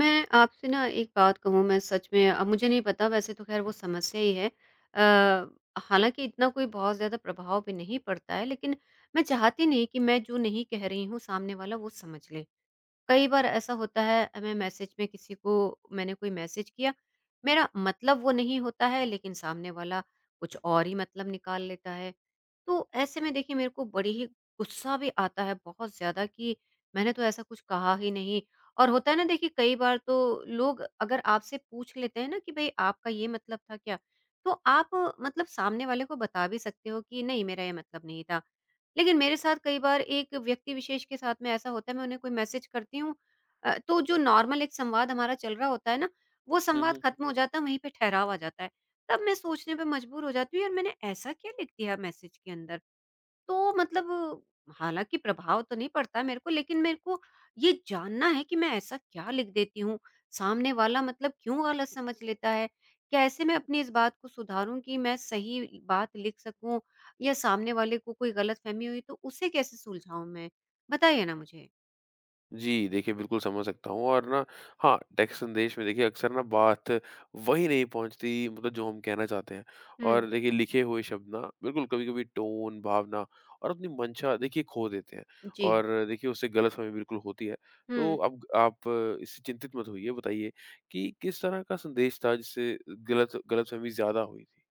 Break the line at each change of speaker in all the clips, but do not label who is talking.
मैं आपसे ना एक बात कहूँ मैं सच में अब मुझे नहीं पता वैसे तो खैर वो समस्या ही है अ, हालांकि इतना कोई बहुत ज़्यादा प्रभाव भी नहीं पड़ता है लेकिन मैं चाहती नहीं कि मैं जो नहीं कह रही हूँ सामने वाला वो समझ ले। कई बार ऐसा होता है मैं मैसेज में किसी को मैंने कोई मैसेज किया, मेरा मतलब वो नहीं होता है लेकिन सामने वाला कुछ और ही मतलब निकाल लेता है। तो ऐसे में देखिए मेरे को बड़ी ही गुस्सा भी आता है बहुत ज्यादा कि मैंने तो ऐसा कुछ कहा ही नहीं। और होता है ना देखिए कई बार तो लोग अगर आपसे पूछ लेते हैं ना कि भाई आपका ये मतलब था क्या, तो आप मतलब सामने वाले को बता भी सकते हो कि नहीं मेरा ये मतलब नहीं था। लेकिन मेरे साथ कई बार एक व्यक्ति विशेष के साथ में ऐसा होता है, मैं उन्हें कोई मैसेज करती हूँ। तो जो नॉर्मल एक संवाद हमारा चल रहा होता है ना, वो
हुँ,
संवाद
हुँ।
खत्म हो जाता है, वहीं पे ठहराव आ जाता है। तब मैं सोचने पे मजबूर हो जाती हूँ, यार मैंने ऐसा क्या लिख दिया मैसेज के अंदर? तो मतलब हालाँकि प्रभाव तो नहीं पड़ता मेरे को, लेकिन मेरे को ये जानना है कि मैं ऐसा क्या लिख देती हूँ, सामने वाला मतलब क्यों गलत समझ लेता है? कैसे मैं अपनी इस बात को सुधारूँ कि मैं सही बात लिख सकूँ या सामने वाले को कोई गलतफ़हमी हुई तो उसे कैसे सुलझाऊँ मैं? बताइए ना मुझे।
जी, देखिए बिल्कुल समझ सकता हूँ। और ना, हाँ, टेक्स्ट संदेश में देखिए अक्सर ना बात वहीं नहीं पहुँचती, मतलब जो हम कहना चाहते हैं।
हुँ।
और देखिए लिखे हुए शब्द ना बिल्कुल कभी-कभी टोन, भावना और अपनी मंशा देखिए खो देते हैं।
जी।
और देखिए उससे गलतफ़हमी बिल्कुल होती है। तो
हुँ।
अब आप इससे चिंतित मत होइए, बताइए कि किस तरह का संदेश था जिससे गलतफ़हमी ज़्यादा हुई थी?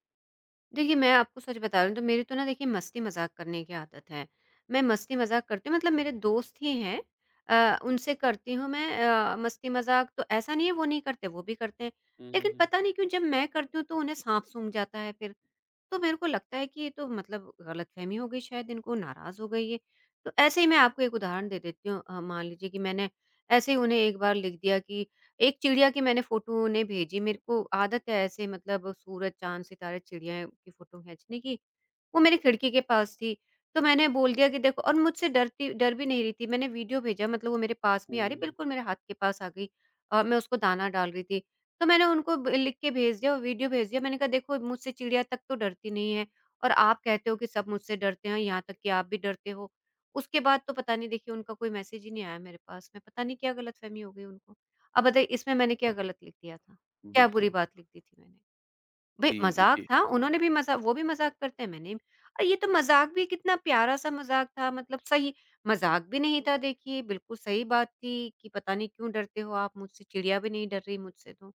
देखिए, मैं आपको सच बता रही हूँ तो मेरी तो ना देखिए मस्ती-मज़ाक करने की आदत है। मैं मस्ती-मज़ाक करती हूँ मतलब मेरे दोस्त ही हैं, उनसे करती हूँ मैं मस्ती-मज़ाक, तो ऐसा नहीं है वो नहीं करते, वो भी करते हैं।
हुँ, हुँ,
लेकिन
हुँ।
पता नहीं क्यों जब मैं करती हूँ तो उन्हें साँप सूँघ जाता है फिर। तो मेरे को लगता है कि ये तो मतलब गलतफ़हमी हो गई शायद इनको, नाराज़ हो गई ये। तो ऐसे ही मैं आपको एक उदाहरण दे देती हूँ। मान लीजिए कि मैंने ऐसे ही उन्हें एक बार लिख दिया कि एक चिड़िया की मैंने फ़ोटो उन्हें भेजी, मेरे को आदत है ऐसे मतलब सूरज, चाँद, सितारे, चिड़िया की फ़ोटो खींचने की। वो मेरी खिड़की के पास थी, तो मैंने बोल दिया कि देखो, और मुझसे डरती डर भी नहीं रही थी, मैंने वीडियो भेजा, मतलब वो मेरे पास में ही आ रही,
हुँ,
बिल्कुल मेरे हाथ के पास आ गई और मैं उसको दाना डाल रही थी। तो मैंने उनको ब लिख के भेज दिया और वीडियो भेज दिया, मैंने कहा देखो मुझसे चिड़िया तक तो डरती नहीं है और आप कहते हो कि सब मुझसे डरते हैं, यहाँ तक कि आप भी डरते हो। उसके बाद तो पता नहीं देखिए उनका कोई मैसेज ही नहीं आया मेरे पास में, पता नहीं क्या गलतफ़हमी हो गई उनको। अब बताइए इसमें मैंने क्या गलत लिख दिया था? क्या बुरी
बिल्कुल।
बात लिख दी थी मैंने? भई
जी,
मज़ाक
देखिए।
था,
हाँ,
उन्होंने भी मज़ा वो भी मज़ाक करते हैं, मैंने भी। और ये तो मज़ाक भी कितना प्यारा-सा मज़ाक था, मतलब सही मज़ाक भी नहीं था देखिए, बिल्कुल सही बात थी कि पता नहीं क्यों डरते हो आप मुझसे, चिड़िया भी नहीं डर रही मुझसे तो।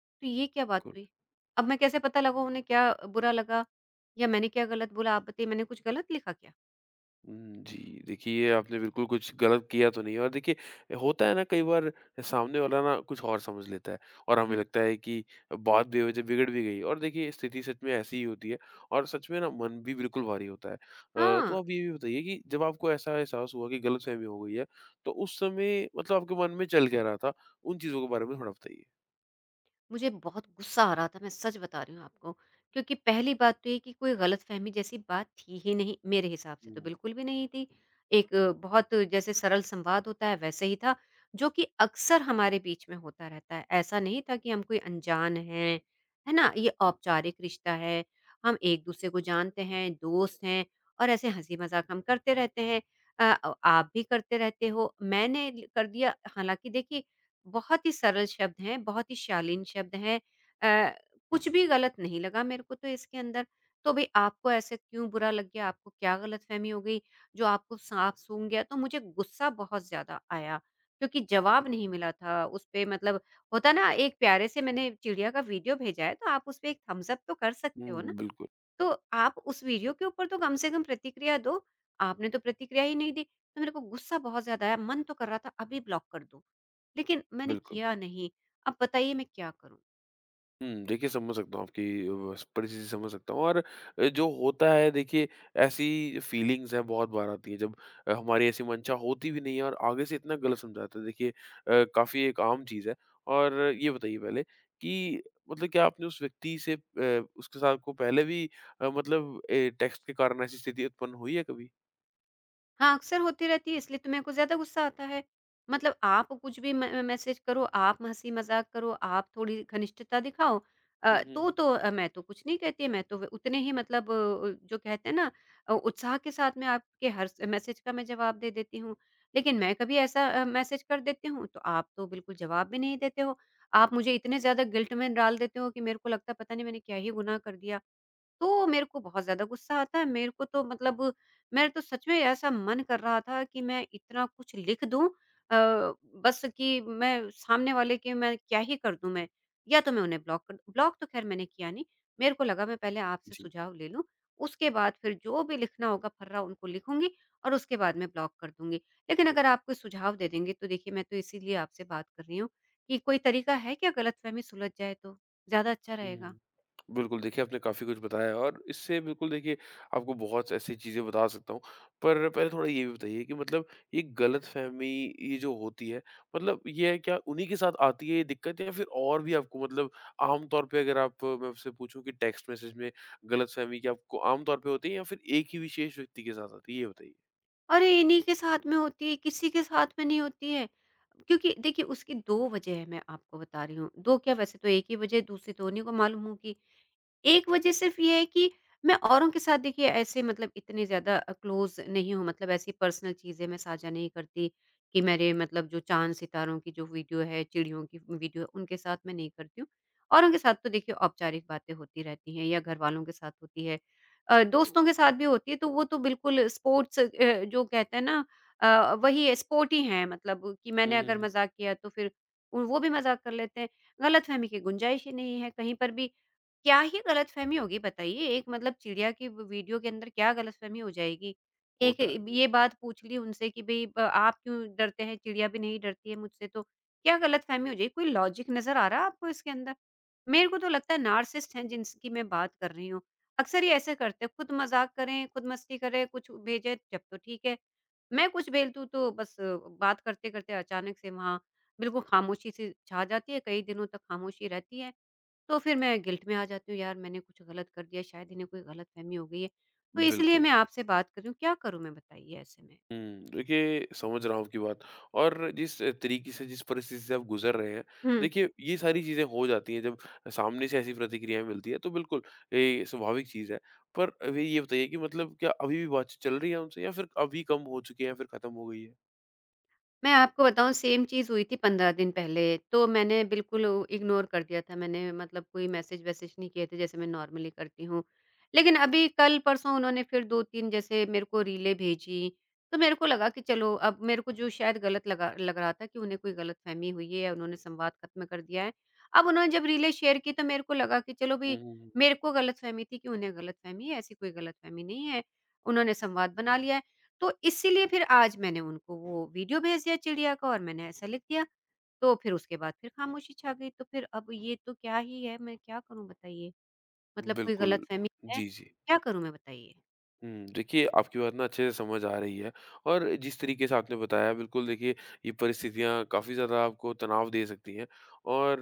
तो ये क्या बात
बिल्कुल।
हुई? अब मैं कैसे पता लगा उन्हें क्या बुरा लगा या मैंने क्या गलत बोला, आप बताइए, मैंने कुछ गलत लिखा क्या?
हुँ, जी। देखिए, आपने बिल्कुल कुछ गलत किया तो नहीं है। और देखिए, होता है ना, कई बार सामने वाला ना कुछ और समझ लेता है और हमें
हुँ।
लगता है कि बात बेवजह बिगड़ भी गई। और देखिए स्थिति सच में ऐसी ही होती है, और सच में ना मन भी बिल्कुल भारी होता है। तो
हाँ।
आप ये भी बताइए कि जब आपको ऐसा एहसास हुआ कि गलतफ़हमी हो गई है, तो उस समय मतलब आपके मन में चल क्या रहा था? उन चीज़ों के बारे में थोड़ा बताइए?
मुझे बहुत गुस्सा आ रहा था, मैं सच बता रही हूँ आपको। क्योंकि पहली बात तो ये कि कोई गलतफ़हमी जैसी बात थी ही नहीं, मेरे हिसाब से तो
हुँ,
बिल्कुल भी नहीं थी। एक बहुत जैसे सरल संवाद होता है वैसे ही था, जो कि अक्सर हमारे बीच में होता रहता है। ऐसा नहीं था कि हम कोई अनजान हैं, है ना? ये औपचारिक रिश्ता है, हम एक-दूसरे को जानते हैं, दोस्त हैं और ऐसे हँसी-मज़ाक हम करते रहते हैं। आप भी करते रहते हो, मैंने कर दिया, हालाँकि देखिए बहुत ही सरल शब्द हैं, बहुत ही शालीन शब्द हैं। अ, कुछ भी गलत नहीं लगा मेरे को तो इसके अंदर। तो भई आपको ऐसे क्यों बुरा लग गया? आपको क्या गलतफ़हमी हो गई, जो आपको साँप सूँघ गया? तो मुझे गुस्सा बहुत ज़्यादा आया, क्योंकि जवाब नहीं मिला था उस पे, मतलब होता है ना, एक प्यारे से मैंने चिड़िया का वीडियो भेजा है, तो आप उस पे एक थम्स अप तो कर सकते हो ना?
हुँ, बिल्कुल,
तो आप उस वीडियो के ऊपर तो कम से कम प्रतिक्रिया दो, आपने तो प्रतिक्रिया ही नहीं दी। तो मेरे को गुस्सा बहुत ज़्यादा आया, मन तो कर रहा था अभी ब्लॉक कर दूँ, लेकिन मैंने
बिल्कुल।
किया नहीं। अब बताइए मैं क्या करूँ?
हुँ, देखिए समझ सकता हूँ। आपकी परिस्थिति समझ सकता हूँ। और जो होता है देखिए, ऐसी फीलिंग्स हैं, बहुत बार आती है जब हमारी ऐसी मंशा होती भी नहीं है और आगे से इतना गलत समझाते हैं। देखिए काफ़ी एक आम चीज़ है। और ये बताइए पहले कि मतलब क्या आपने उस व्यक्ति से, उसके साथ को पहले भी, मतलब टेक्स्ट के कारण ऐसी स्थिति उत्पन्न हुई है कभी?
हाँ, अक्सर होती रहती है इसलिए तो मेरे को ज़्यादा गुस्सा आता है। मतलब आप कुछ भी म मैसेज करो, आप हँसी-मज़ाक करो, आप थोड़ी घनिष्ठता दिखाओ,
हुँ, हुँ, हुँ।
मैं तो कुछ नहीं कहती, मैं तो व उतने ही मतलब जो कहते हैं ना, उत्साह के साथ मैं आपके हर स मैसेज का मैं जवाब दे देती हूँ। लेकिन मैं कभी ऐसा मैसेज कर देती हूँ, तो आप तो बिल्कुल जवाब भी नहीं देते हो। आप मुझे इतने ज़्यादा गिल्ट में डाल देते हो कि मेरे को लगता है पता नहीं मैंने क्या ही गुनाह कर दिया। तो मेरे को बहुत ज़्यादा गुस्सा आता है। मेरे को तो मतलब मेरा तो सच में ऐसा मन कर रहा था कि मैं इतना कुछ लिख दूँ। अ, बस कि मैं सामने वाले के मैं क्या ही कर दूँ मैं? या तो मैं उन्हें ब्लॉक, तो ख़ैर मैंने किया नहीं। मेरे को लगा मैं पहले आपसे
जी।
सुझाव ले लूँ, उसके बाद फिर जो भी लिखना होगा फर्रा उनको लिखूँगी और उसके बाद मैं ब्लॉक कर दूँगी। लेकिन अगर आप कोई सुझाव दे देंगे तो देखिए, मैं तो इसीलिए आपसे बात कर रही हूँ कि कोई तरीका है क्या गलतफ़हमी सुलझ जाए तो? ज़्यादा अच्छा रहेगा।
हुँ। बिल्कुल, देखिए आपने काफ़ी कुछ बताया है और इससे बिल्कुल देखिए, आपको बहुत ऐसी चीज़ें बता सकता हूँ। पर पहले थोड़ा ये भी बताइए कि मतलब ये गलतफ़हमी, ये जो होती है, मतलब ये है क्या उन्हीं के साथ आती है ये दिक्कत या फिर और भी आपको, मतलब आम तौर पे, अगर आप मैं आपसे पूछूँ कि टेक्स्ट मैसेज में गलतफ़हमी क्या आपको आम तौर पे होती है या फिर एक ही विशेष व्यक्ति के साथ आती है? ये बताइए।
अरे! इन्हीं के साथ में होती है, किसी के साथ में नहीं होती है। क्योंकि देखिए उसकी 2 वजह है मैं आपको बता रही हूँ, 2 क्या वैसे तो 1 ही वजह है, दूसरी तो उन्हीं को मालूम होगी। एक वजह सिर्फ़ ये है कि मैं औरों के साथ देखिए ऐसे मतलब इतने ज़्यादा क्लोज़ नहीं हूँ, मतलब ऐसी पर्सनल चीज़ें मैं साझा नहीं करती कि मेरे मतलब जो चाँद-सितारों की जो वीडियो है, चिड़ियों की वीडियो है, उनके साथ मैं नहीं करती हूँ। औरों के साथ तो देखिए औपचारिक बातें होती रहती हैं या घरवालों के साथ होती है। दोस्तों के साथ भी होती है तो वो तो बिल्कुल स्पोर्ट्स जो कहते हैं ना, वही स्पोर्ट ही है, स्पोर्टी हैं मतलब कि
हुँ,
मैंने
हुँ,
अगर
हुँ।
मज़ाक किया तो फिर वो भी मज़ाक कर लेते हैं। गलतफ़हमी की गुंजाइश ही नहीं है कहीं पर भी, क्या ही गलतफ़हमी होगी बताइए? एक मतलब चिड़िया की व वीडियो के अंदर क्या गलतफ़हमी हो जाएगी? एक
होता है,
ये बात पूछ ली उनसे कि भई ब आप क्यों डरते हैं? चिड़िया भी नहीं डरती है मुझसे तो, क्या गलतफ़हमी हो जाएगी? कोई लॉजिक नज़र आ रहा है आपको इसके अंदर? मेरे को तो लगता है नार्सिसिस्ट हैं जिनकी मैं बात कर रही हूँ। अक्सर ये ऐसे करते हैं, खुद मज़ाक करें, खुद मस्ती करें, कुछ भेजें जब तो ठीक है। मैं कुछ बेलतू तो बस बात करते-करते अचानक से वहाँ बिल्कुल ख़ामोशी-सी छा जाती है, कई दिनों तक ख़ामोशी रहती है। तो फिर मैं गिल्ट में आ जाती हूँ, यार मैंने कुछ गलत कर दिया, शायद इन्हें कोई गलतफ़हमी हो गई है। तो इसलिए
बिल्कुल।
मैं आपसे बात कर रही हूँ, क्या करूँ मैं बताइए ऐसे
हुँ, देखिए समझ रहा हूँ आपकी बात, और जिस तरीके से, जिस परिस्थिति से आप गुज़र रहे हैं,
में?
देखिए ये सारी चीज़ें हो जाती हैं जब सामने से ऐसी प्रतिक्रियाएँ मिलती हैं, तो बिल्कुल ये स्वाभाविक चीज़ है। पर अभी ये बताइए कि मतलब क्या अभी भी बातचीत चल रही है उनसे या फिर अभी कम हो चुकी है या फिर खत्म हो गई है?
मैं आपको बताऊँ सेम चीज़ हुई थी 15 दिन पहले, तो मैंने बिल्कुल इग्नोर कर दिया था, मैंने मतलब कोई मैसेज-वैसेज नहीं किए थे जैसे मैं नॉर्मली करती हूँ। लेकिन अभी कल-परसों उन्होंने फिर 2-3 जैसे मेरे को रीलें भेजी, तो मेरे को लगा कि चलो अब मेरे को जो शायद गलत लगा लग रहा था कि उन्हें कोई गलतफ़हमी हुई है या उन्होंने संवाद खत्म कर दिया है। अब उन्होंने जब रीलें शेयर की तो मेरे को लगा कि चलो
हुँ,
भई
हुँ,
मेरे को गलतफ़हमी थी कि उन्हें गलतफ़हमी है, ऐसी कोई गलतफ़हमी नहीं है। उन्होंने संवाद बना लिया है। तो इसीलिए फिर आज मैंने उनको वो वीडियो भेज दिया चिड़िया का और मैंने ऐसा लिख दिया। तो फिर उसके बाद फिर खामोशी छा गई। तो फिर अब ये तो क्या ही है, मैं क्या करूँ बताइए?
हुँ।
मतलब कोई
बिल्कुल।
गलतफ़हमी है,
जी, जी।
क्या करूँ मैं बताइए?
हुँ, देखिए आपकी बात ना अच्छे से समझ आ रही है, और जिस तरीके से आपने बताया बिल्कुल देखिए, ये परिस्थितियाँ काफ़ी ज़्यादा आपको तनाव दे सकती हैं। और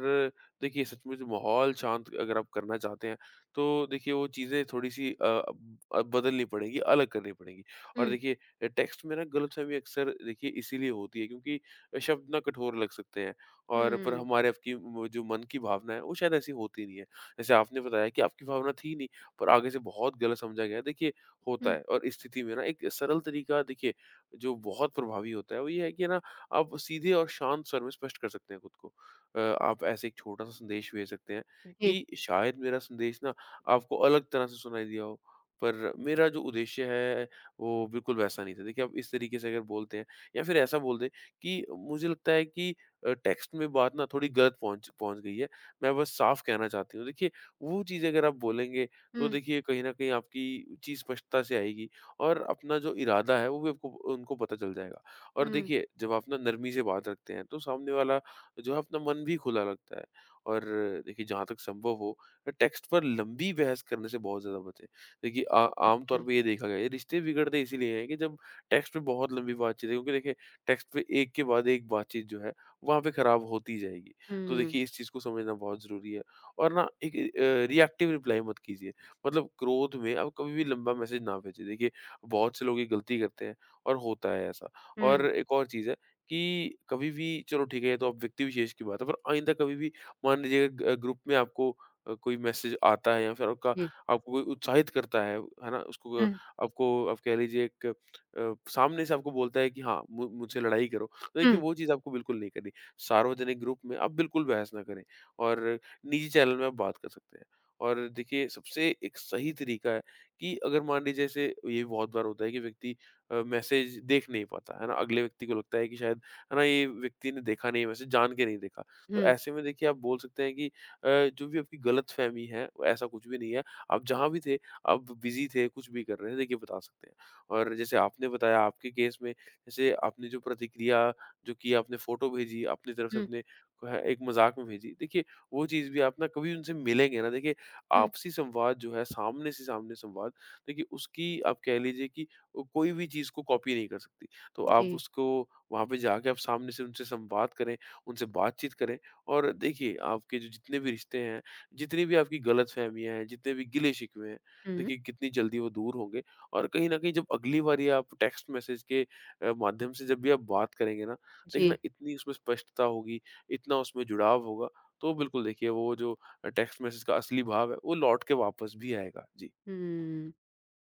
देखिए सचमुच माहौल शांत अगर आप करना चाहते हैं, तो देखिए वो चीज़ें थोड़ी-सी अब बदलनी पड़ेंगी, अलग करनी पड़ेंगी। और
हुँ,
देखिए टेक्स्ट में ना गलतफ़हमी अक्सर देखिए इसीलिए होती है क्योंकि शब्द ना कठोर लग सकते हैं, पर
हुँ,
हमारे आपकी वो जो मन की भावना है, वो शायद ऐसी होती नहीं है। जैसे आपने बताया कि आपकी भावना थी नहीं, पर आगे से बहुत गलत समझा गया। देखिए होता
हुँ,
है, और इस स्थिति में ना एक सरल तरीका देखिए जो बहुत प्रभावी होता है, वो ये है कि ना आप सीधे और शांत स्वर में स्पष्ट कर सकते हैं खुद को। आप ऐसे एक छोटा सा संदेश भेज सकते हैं
जी,
कि शायद मेरा संदेश ना आपको अलग तरह से सुनाई दिया हो, पर मेरा जो उद्देश्य है वो बिल्कुल वैसा नहीं था। देखिए आप इस तरीके से अगर बोलते हैं, या फिर ऐसा बोल दें कि मुझे लगता है कि टेक्स्ट में बात ना थोड़ी गलत पहुंच पहुंच गई है, मैं बस साफ कहना चाहती हूँ। देखिए वो चीज़ अगर आप बोलेंगे, तो
हुँ,
देखिए कहीं न कहीं आपकी चीज़ स्पष्टता से आएगी, और अपना जो इरादा है वो भी आपको उनको पता चल जाएगा। और
हुँ,
देखिए जब आप ना नरमी से बात रखते हैं तो सामने वाला जो है अपना मन भी खुला रखता है। और देखिए जहाँ तक संभव हो, टेक्स्ट पर लंबी बहस करने से बहुत ज़्यादा बचें। देखिए आ आम तौर
अच्छा,
पे ये देखा गया है, रिश्ते बिगड़ते इसीलिए हैं कि जब टेक्स्ट पे बहुत लंबी बातचीत है, क्योंकि देखिए टेक्स्ट पे एक के बाद एक बातचीत जो है वहाँ पे खराब होती ही जाएगी। तो
हुँ,
देखिए इस चीज़ को समझना बहुत ज़रूरी है। और ना एक रिएक्टिव रिप्लाई मत कीजिए। मतलब क्रोध में आप कभी भी लंबा मैसेज ना भेजें। देखिए, बहुत से लोग ये गलती करते हैं और होता है ऐसा। और
हुँ,
एक और चीज़ है कि कभी भी, चलो ठीक है ये तो अब व्यक्ति विशेष की बात है, पर आइंदा कभी भी मान लीजिए ग ग्रुप में आपको कोई मैसेज आता है, या फिर आपका
जी,
आपको कोई उत्साहित करता है ना? उसको
हुँ,
आपको आप कह लीजिए, एक सामने से आपको बोलता है कि हाँ, मु मुझसे लड़ाई करो। तो देखिए
हुँ,
वो चीज़ आपको बिल्कुल नहीं करनी। सार्वजनिक ग्रुप में आप बिल्कुल बहस ना करें, और निजी चैनल में आप बात कर सकते हैं। और देखिए सबसे एक सही तरीका है कि अगर मान लीजिए जैसे ये बहुत बार होता है कि व्यक्ति मैसेज देख नहीं पाता है ना, अगले व्यक्ति को लगता है कि शायद, है ना, ये व्यक्ति ने देखा नहीं है मैसेज, जान के नहीं देखा। तो
हुँ,
ऐसे में देखिए आप बोल सकते हैं कि जो भी आपकी गलत फहमी है वो ऐसा कुछ भी नहीं है, आप जहाँ भी थे, आप बिजी थे, कुछ भी कर रहे थे देखिए बता सकते हैं। और जैसे आपने बताया आपके केस में, जैसे आपने जो प्रतिक्रिया जो की आपने फोटो भेजी अपनी तरफ से
हुँ,
अपने को है, एक मजाक में भेजी देखिए, वो चीज़ भी आप ना कभी उनसे मिलेंगे ना देखिए,
हुँ,
आपसी संवाद जो है, सामने से सामने संवाद, देखिए उसकी आप कह लीजिए कि कोई भी चीज़ को कॉपी नहीं कर सकती। तो आप
जी,
उसको वहाँ पे जाके आप सामने से उनसे संवाद करें, उनसे बातचीत करें, और देखिए आपके जो जितने भी रिश्ते हैं, जितनी भी आपकी गलतफ़हमियाँ हैं, जितने भी गिले-शिकवे हैं,
हुँ,
देखिए कितनी जल्दी वो दूर होंगे। और कहीं न कहीं जब अगली बारी आप टेक्स्ट मैसेज के माध्यम से जब भी आप बात करेंगे ना, देखना
जी,
इतनी उसमें स्पष्टता होगी, इतना उसमें जुड़ाव होगा, तो बिल्कुल देखिए वो जो टेक्स्ट मैसेज का असली भाव है, वो लौट के वापस भी आएगा। जी।
हुँ।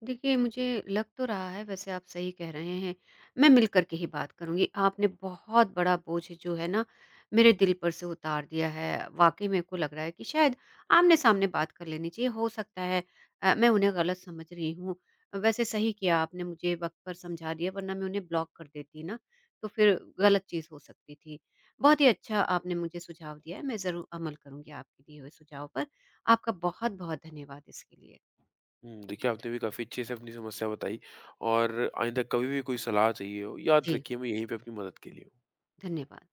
देखिए, मुझे लग तो रहा है वैसे आप सही कह रहे हैं। मैं मिल कर के ही बात करूँगी। आपने बहुत बड़ा बोझ जो है ना मेरे दिल पर से उतार दिया है। वाक़ई मेरे को लग रहा है कि शायद आमने-सामने बात कर लेनी चाहिए। हो सकता है मैं उन्हें गलत समझ रही हूँ। वैसे सही किया आपने, मुझे वक़्त पर समझा दिया, वरना मैं उन्हें ब्लॉक कर देती ना, तो फिर गलत चीज़ हो सकती थी। बहुत ही अच्छा आपने मुझे सुझाव दिया है। मैं ज़रूर अमल करूँगी आपके दिए हुए सुझाव पर। आपका बहुत-बहुत धन्यवाद इसके लिए।
हुँ, देखिए, बिल्कुल। आपने भी काफ़ी अच्छे से अपनी समस्या बताई, और आइंदा कभी भी कोई सलाह चाहिए हो, याद
जी,
रखिए मैं यहीं पे आपकी मदद के लिए हूँ।
धन्यवाद।